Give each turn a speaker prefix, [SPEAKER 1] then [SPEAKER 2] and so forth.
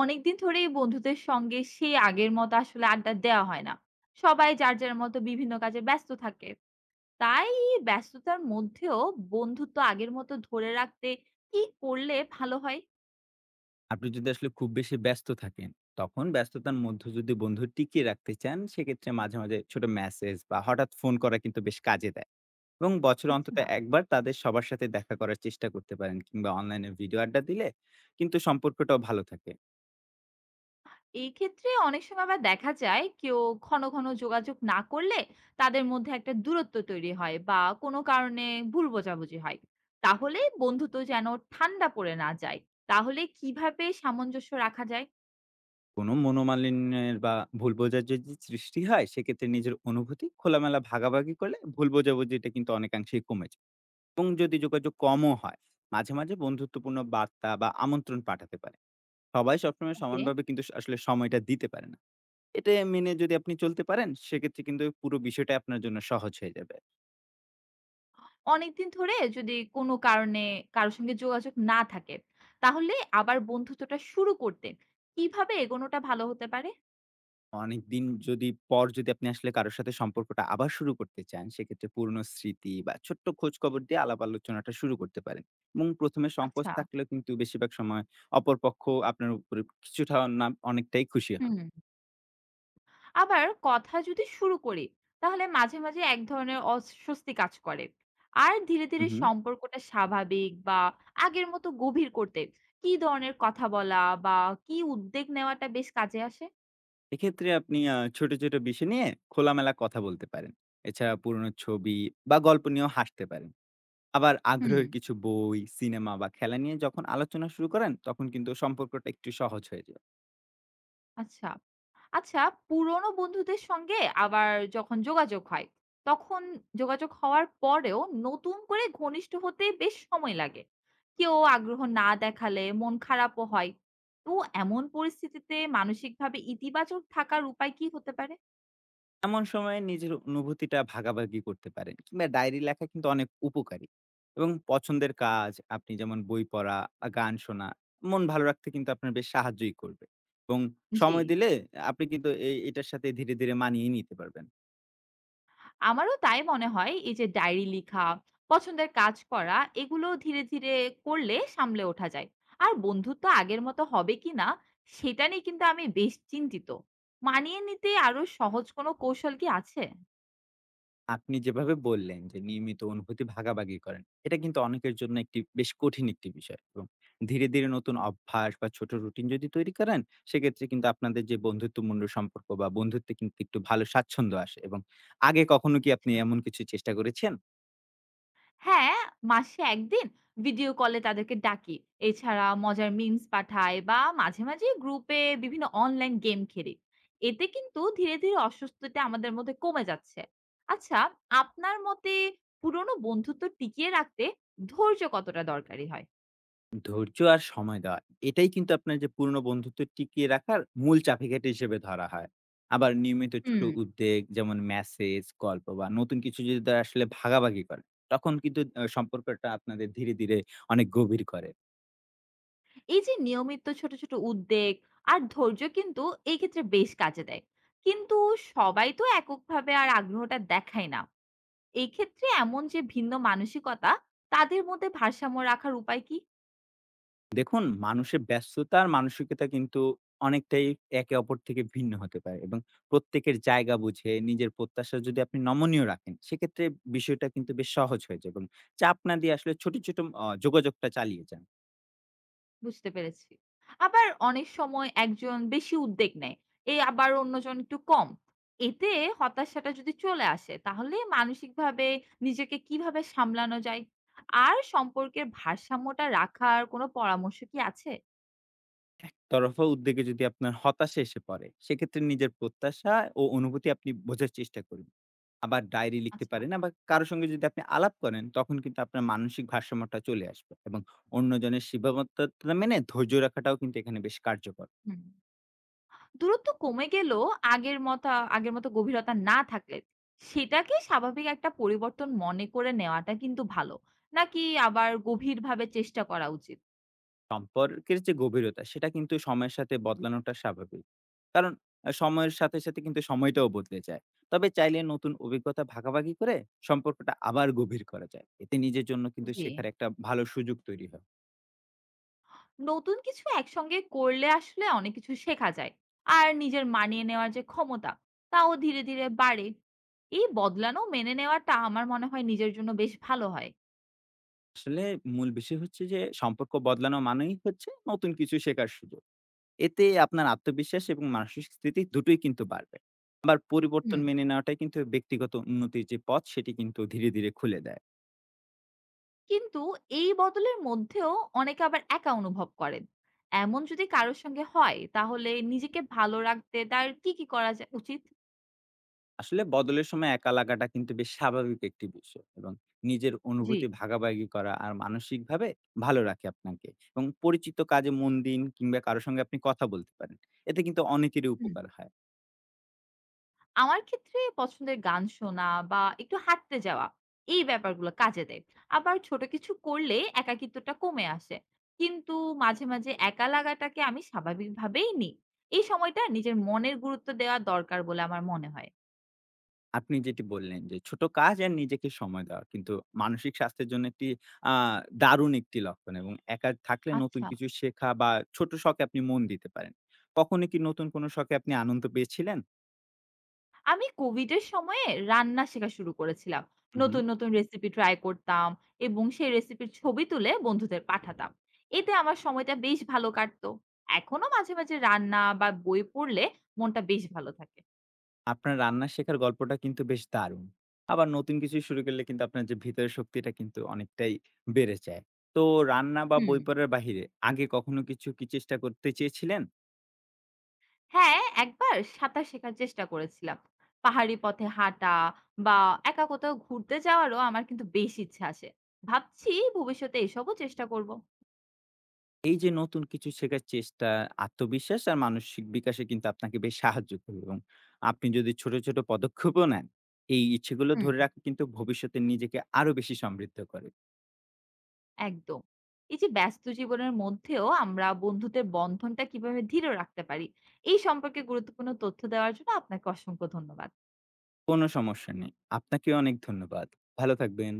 [SPEAKER 1] অনেকদিন ধরেই বন্ধুদের সঙ্গে সেই আগের মতো আসলে আড্ডা দেওয়া হয় না। সবাই যার মতো বিভিন্ন কাজে ব্যস্ত থাকে। তাই এই ব্যস্ততার মধ্যেও বন্ধুত্ব আগের মতো ধরে রাখতে কি করলে ভালো হয়?
[SPEAKER 2] আপনি যদি আসলে খুব বেশি ব্যস্ত থাকেন, তখন ব্যস্ততার মধ্যে যদি বন্ধু টিকিয়ে রাখতে চান, সেক্ষেত্রে মাঝে, মাঝে ছোট মেসেজ বা হঠাৎ ফোন করা কিন্তু বেশ কাজে দেয়। এবং বছরে অন্তত
[SPEAKER 1] আচ্ছা।
[SPEAKER 2] একবার তাদের সবার সাথে দেখা করার চেষ্টা করতে পারেন কিংবা অনলাইনে ভিডিও আড্ডা দিলে কিন্তু সম্পর্কটাও ভালো থাকে।
[SPEAKER 1] এই ক্ষেত্রে অনেক সময় আবার দেখা যায় কেউ ঘন, ঘন যোগাযোগ না করলে তাদের মধ্যে একটা দূরত্ব তৈরি হয় বা কোনো কারণে ভুল বোঝাবুঝি হয়। তাহলে বন্ধুত্ব যেন ঠান্ডা পড়ে না যায়। তাহলে কিভাবে সামঞ্জস্য রাখা যায়?
[SPEAKER 2] কোনো মনোমালিন্যের বা ভুল বোঝাবুঝির যে সৃষ্টি হয়, সেক্ষেত্রে নিজের অনুভূতি খোলামেলা ভাগাভাগি করলে ভুল বোঝাবুঝিটা কিন্তু অনেকাংশেই কমে যায়। এবং যদি যোগাযোগ কমও হয়, মাঝে, মাঝে বন্ধুত্বপূর্ণ বার্তা বা আমন্ত্রণ পাঠাতে পারেন। সবাই সবসময়
[SPEAKER 1] ওকে।
[SPEAKER 2] সমানভাবে কিন্তু আসলে সময়টা দিতে পারে না। এটা মেনে যদি আপনি চলতে পারেন, সেক্ষেত্রে কিন্তু পুরো বিষয়টা আপনার জন্য সহজ হয়ে যাবে।
[SPEAKER 1] অনেকদিন ধরে যদি কোনো কারণে কারো সঙ্গে যোগাযোগ না থাকে, তাহলে আবার বন্ধুত্বটা শুরু করতে কিভাবে এগোনোটা ভালো হতে পারে?
[SPEAKER 2] অনেকদিন পর যদি আপনি আসলে কারো সাথে সম্পর্কটা আবার শুরু করতে চান, সেক্ষেত্রে পুরনো স্মৃতি বা ছোট্ট খোঁজখবর দিয়ে আলাপ আলোচনাটা শুরু করতে পারেন। এবং প্রথম এ সংকোচ
[SPEAKER 1] আচ্ছা,
[SPEAKER 2] থাকলেও কিন্তু বেশিরভাগ সময় অপরপক্ষ আপনার উপরে কিছুটা না অনেকটাই খুশি হন।
[SPEAKER 1] হুম। আবার কথা যদি শুরু করি, তাহলে মাঝে, মাঝে এক ধরনের অস্বস্তি কাজ করে। আর ধীরে,
[SPEAKER 2] হু,
[SPEAKER 1] ধীরে
[SPEAKER 2] হুম।
[SPEAKER 1] সম্পর্কটা স্বাভাবিক বা আগের মতো গভীর করতে কি ধরনের কথা বলা বা কি উদ্যোগ নেওয়াটা বেশ কাজে আসে?
[SPEAKER 2] এক্ষেত্রে আপনি ছোট, ছোট বিষয় নিয়ে খোলামেলা কথা বলতে পারেন। এছাড়া পুরনো ছবি বা গল্প নিয়েও হাসতে পারেন। আবার
[SPEAKER 1] হুম।
[SPEAKER 2] আগ্রহের কিছু বই, সিনেমা বা খেলা নিয়ে যখন আলোচনা শুরু করেন, তখন কিন্তু সম্পর্কটা একটু সহজ হয়ে যায়।
[SPEAKER 1] আচ্ছা। আচ্ছা, পুরনো বন্ধুদের সঙ্গে আবার যখন যোগাযোগ হয়, তখন যোগাযোগ হওয়ার পরেও নতুন করে ঘনিষ্ঠ হতে বেশ সময় লাগে। কেউ আগ্রহ না দেখালে মন খারাপও হয়। তো এমন পরিস্থিতিতে মানসিকভাবে ইতিবাচক থাকার উপায় কি হতে পারে?
[SPEAKER 2] এমন সময়ে নিজের অনুভূতিটা ভাগাভাগি করতে পারেন কিংবা ডায়েরি লেখা কিন্তু অনেক উপকারী এবং পছন্দের কাজ আপনি যেমন বই পড়া বা গান শোনা, মন ভালো রাখতে কিন্তু আপনার বেশ সাহায্যই করবে এবং
[SPEAKER 1] জি।
[SPEAKER 2] সময় দিলে আপনি কিন্তু এই এটার সাথে ধীরে, ধীরে মানিয়ে নিতে পারবেন।
[SPEAKER 1] আমারও তাই মনে হয়, এই যে ডায়েরি লিখা, পছন্দের কাজ করা, এগুলো ধীরে, ধীরে করলে সামলে ওঠা যায়। আর বন্ধুত্ব আগের মতো হবে কিনা সেটা নিয়ে কিন্তু আমি বেশ চিন্তিত। মানিয়ে নিতে আরো সহজ কোনো কৌশল কি আছে?
[SPEAKER 2] আপনি যেভাবে বললেন যে নিয়মিত অনুভূতি ভাগাভাগি করেন, এটা কিন্তু অনেকের জন্য একটি বেশ কঠিন একটি বিষয় এবং ধীরে, ধীরে নতুন অভ্যাস বা ছোট রুটিন যদি তৈরি করেন, সেক্ষেত্রে কিন্তু আপনাদের যে বন্ধুত্বপূর্ণ সম্পর্ক বা বন্ধুত্বে কিন্তু একটু ভালো স্বাচ্ছন্দ্য আসে এবং আগে কখনো কি
[SPEAKER 1] আচ্ছা।
[SPEAKER 2] আপনি এমন কিছু চেষ্টা করেছেন?
[SPEAKER 1] হ্যাঁ, মাসে ১ দিন ভিডিও কলে তাদেরকে ডাকি। এছাড়া মজার মিমস পাঠাই বা মাঝে, মাঝে গ্রুপে বিভিন্ন অনলাইন গেম খেলি। এতে কিন্তু ধীরে, ধীরে অস্বস্তিটা আমাদের মধ্যে কমে যাচ্ছে। আচ্ছা, আপনার মতে পুরনো বন্ধুত্ব টিকিয়ে রাখতে ধৈর্য কতটা দরকারি হয়?
[SPEAKER 2] ধৈর্য আর সময় দেওয়া। এটাই কিন্তু আপনার যে পুরনো বন্ধুত্ব টিকিয়ে রাখার মূল চাবিকাঠি হিসেবে ধরা হয়। আবার নিয়মিত ছোট
[SPEAKER 1] হুম।
[SPEAKER 2] উদ্বেগ যেমন মেসেজ, গল্প বা নতুন কিছু যদি তারা আসলে ভাগাভাগি করে, তখন কিন্তু সম্পর্কটা আপনাদের ধীরে, ধীরে অনেক গভীর করে।
[SPEAKER 1] এই যে নিয়মিত ছোট, ছোট উদ্বেগ আর ধৈর্য, কিন্তু এই ক্ষেত্রে বেশ কাজে দেয়। কিন্তু সবাই তো এককভাবে আর আগ্রহটা দেখায় না। এই ক্ষেত্রে এমন যে ভিন্ন মানসিকতা, তাদের মধ্যে ভারসাম্য রাখার উপায় কি?
[SPEAKER 2] দেখুন মানুষের ব্যস্ততা আর মানসিকতা কিন্তু অনেকটাই একে অপর থেকে ভিন্ন হতে পারে এবং প্রত্যেকের জায়গা বুঝে নিজের প্রত্যাশা যদি আপনি নমনীয় রাখেন, সেক্ষেত্রে বিষয়টা কিন্তু বেশ সহজ হয়ে যায় এবং চাপ না দিয়ে আসলে ছোট, ছোট যোগাযোগটা চালিয়ে যান।
[SPEAKER 1] বুঝতে পেরেছি। আবার অনেক সময় একজন বেশি উদ্যোগ নেয়, এই আবার অন্যজন একটু কম। এতে হতাশাটা যদি চলে আসে, তাহলে মানসিকভাবে নিজেকে কিভাবে সামলানো যায়? আর সম্পর্কের ভারসাম্যটা রাখার কোনো পরামর্শ কি আছে?
[SPEAKER 2] একতরফা উদ্বেগে যদি আপনার হতাশা এসে পড়ে, সেক্ষেত্রে নিজের প্রত্যাশা ও অনুভূতি আপনি বোঝার চেষ্টা করুন। আবার ডায়েরি লিখতে
[SPEAKER 1] আচ্ছা,
[SPEAKER 2] পারেন, আবার কারো সঙ্গে যদি আপনি আলাপ করেন, তখন কিন্তু আপনার মানসিক ভারসাম্যটা চলে আসবে এবং অন্যজনের সীমাবদ্ধতা মেনে ধৈর্য রাখাটাও কিন্তু এখানে বেশ কার্যকর।
[SPEAKER 1] হুম। দূরত্ব কমে গেলেও আগের মতো আগের মতো গভীরতা না থাকলে সেটাকে স্বাভাবিক একটা পরিবর্তন মনে করে নেওয়াটা কিন্তু ভালো। নাকি আবার গভীরভাবে চেষ্টা করা উচিত?
[SPEAKER 2] সম্পর্কের যে গভীরতা, সেটা কিন্তু সময়ের সাথে বদলানোটা স্বাভাবিক। কারণ সময়ের সাথে, সাথে কিন্তু সময়টাও বদলে যায়। তবে চাইলে নতুন অভিজ্ঞতা ভাগাভাগি করে সম্পর্কটা আবার গভীর করা যায়। এতে নিজের জন্য কিন্তু
[SPEAKER 1] জি।
[SPEAKER 2] শেখার একটা ভালো সুযোগ তৈরি হয়।
[SPEAKER 1] নতুন কিছু একসঙ্গে করলে আসলে অনেক কিছু শেখা যায়। আর নিজের মানিয়ে নেওয়ার যে ক্ষমতা, তাও ধীরে, ধীরে বাড়ে। এই বদলানো মেনে নেওয়াটা আমার মনে হয় নিজের জন্য বেশ ভালো হয়।
[SPEAKER 2] আসলে মূল বিষয় হচ্ছে যে সম্পর্ক বদলানো মানেই হচ্ছে নতুন কিছু শেখার সুযোগ। এতে আপনার আত্মবিশ্বাস এবং মানসিক স্থিতি দুটোই কিন্তু বাড়বে। আবার পরিবর্তন
[SPEAKER 1] হুম।
[SPEAKER 2] মেনে নেওয়াটাই কিন্তু ব্যক্তিগত উন্নতির যে পথ সেটি কিন্তু ধীরে, ধীরে খুলে দেয়।
[SPEAKER 1] কিন্তু এই বদলের মধ্যেও অনেকে আবার একা অনুভব করেন। এমন যদি কারোর সঙ্গে হয়, তাহলে নিজেকে ভালো রাখতে তার কি, কি করা যা উচিত?
[SPEAKER 2] আসলে বদলের সময় একা লাগাটা কিন্তু বেশ স্বাভাবিক একটি বিষয় এবং নিজের
[SPEAKER 1] জি,
[SPEAKER 2] অনুভূতি ভাগাভাগি করা আর মানসিকভাবে ভালো রাখে আপনাকে এবং পরিচিত কাজে মন দিন কিংবা কারো সঙ্গে আপনি কথা বলতে পারেন। এতে কিন্তু অনেকেরই
[SPEAKER 1] হুম।
[SPEAKER 2] উপকার হয়।
[SPEAKER 1] আমার ক্ষেত্রে পছন্দের গান শোনা বা একটু হাঁটতে যাওয়া, এই ব্যাপারগুলো কাজে দেয়। আবার ছোট কিছু করলে একাকিত্বটা কমে আসে। কিন্তু মাঝে, মাঝে একা লাগাটাকে আমি স্বাভাবিকভাবেই নিই। এই সময়টা নিজের মনের গুরুত্ব দেওয়া দরকার বলে আমার মনে হয়।
[SPEAKER 2] আপনি যেটি বললেন যে, ছোট কাজ আর নিজেকে সময় দেওয়া। কিন্তু মানসিক স্বাস্থ্যের জন্য একটি আ দারুণ একটি লক্ষণ এবং একা থাকলে নতুন
[SPEAKER 1] আচ্ছা।
[SPEAKER 2] কিছু শেখা বা ছোট শখে আপনি মন দিতে পারেন। কখনো কি নতুন কোনো শখে আপনি আনন্দ পেয়েছিলেন?
[SPEAKER 1] আমি কোভিডের সময়ে রান্না শেখা শুরু করেছিলাম।
[SPEAKER 2] হু, হু।
[SPEAKER 1] নতুন, নতুন রেসিপি ট্রাই করতাম এবং সেই রেসিপির ছবি তুলে বন্ধুদের পাঠাতাম। এতে আমার সময়টা বেশ ভালো কাটতো। এখনো মাঝে, মাঝে রান্না বা বই পড়লে মনটা বেশ ভালো থাকে।
[SPEAKER 2] আপনার রান্না শেখার গল্পটা কিন্তু বেশ দারুণ। আবার নতুন কিছু শুরু করলে কিন্তু আপনার যে ভেতরের শক্তিটা কিন্তু অনেকটাই বেড়ে যায়। তো রান্না বা
[SPEAKER 1] হুম।
[SPEAKER 2] বই পড়ার বাহিরে আগে কখনো কিছু কি চেষ্টা করতে চেয়েছিলেন?
[SPEAKER 1] হ্যাঁ, একবার সাঁতার শেখার চেষ্টা করেছিলাম। পাহাড়ি পথে হাঁটা বা একা কোথাও ঘুরতে যাওয়ারও আমার কিন্তু বেশ ইচ্ছা আসে। ভাবছি ভবিষ্যতে এসবও চেষ্টা করব।
[SPEAKER 2] এই যে নতুন কিছু শেখার চেষ্টা, আত্মবিশ্বাস আর মানসিক বিকাশে কিন্তু আপনাকে বেশ সাহায্য করবে এবং আপনি যদি ছোট, ছোট পদক্ষেপও নেন, এই ইচ্ছেগুলো
[SPEAKER 1] হুম।
[SPEAKER 2] ধরে রাখা কিন্তু ভবিষ্যতে নিজেকে আরো বেশি সমৃদ্ধ করে।
[SPEAKER 1] একদম। এই যে ব্যস্ত জীবনের মধ্যেও আমরা বন্ধুত্বের বন্ধনটা কিভাবে দৃঢ় রাখতে পারি, এই সম্পর্কে গুরুত্বপূর্ণ তথ্য দেওয়ার জন্য আপনাকে অসংখ্য ধন্যবাদ।
[SPEAKER 2] কোনো সমস্যা নেই। আপনাকে অনেক ধন্যবাদ। ভালো থাকবেন।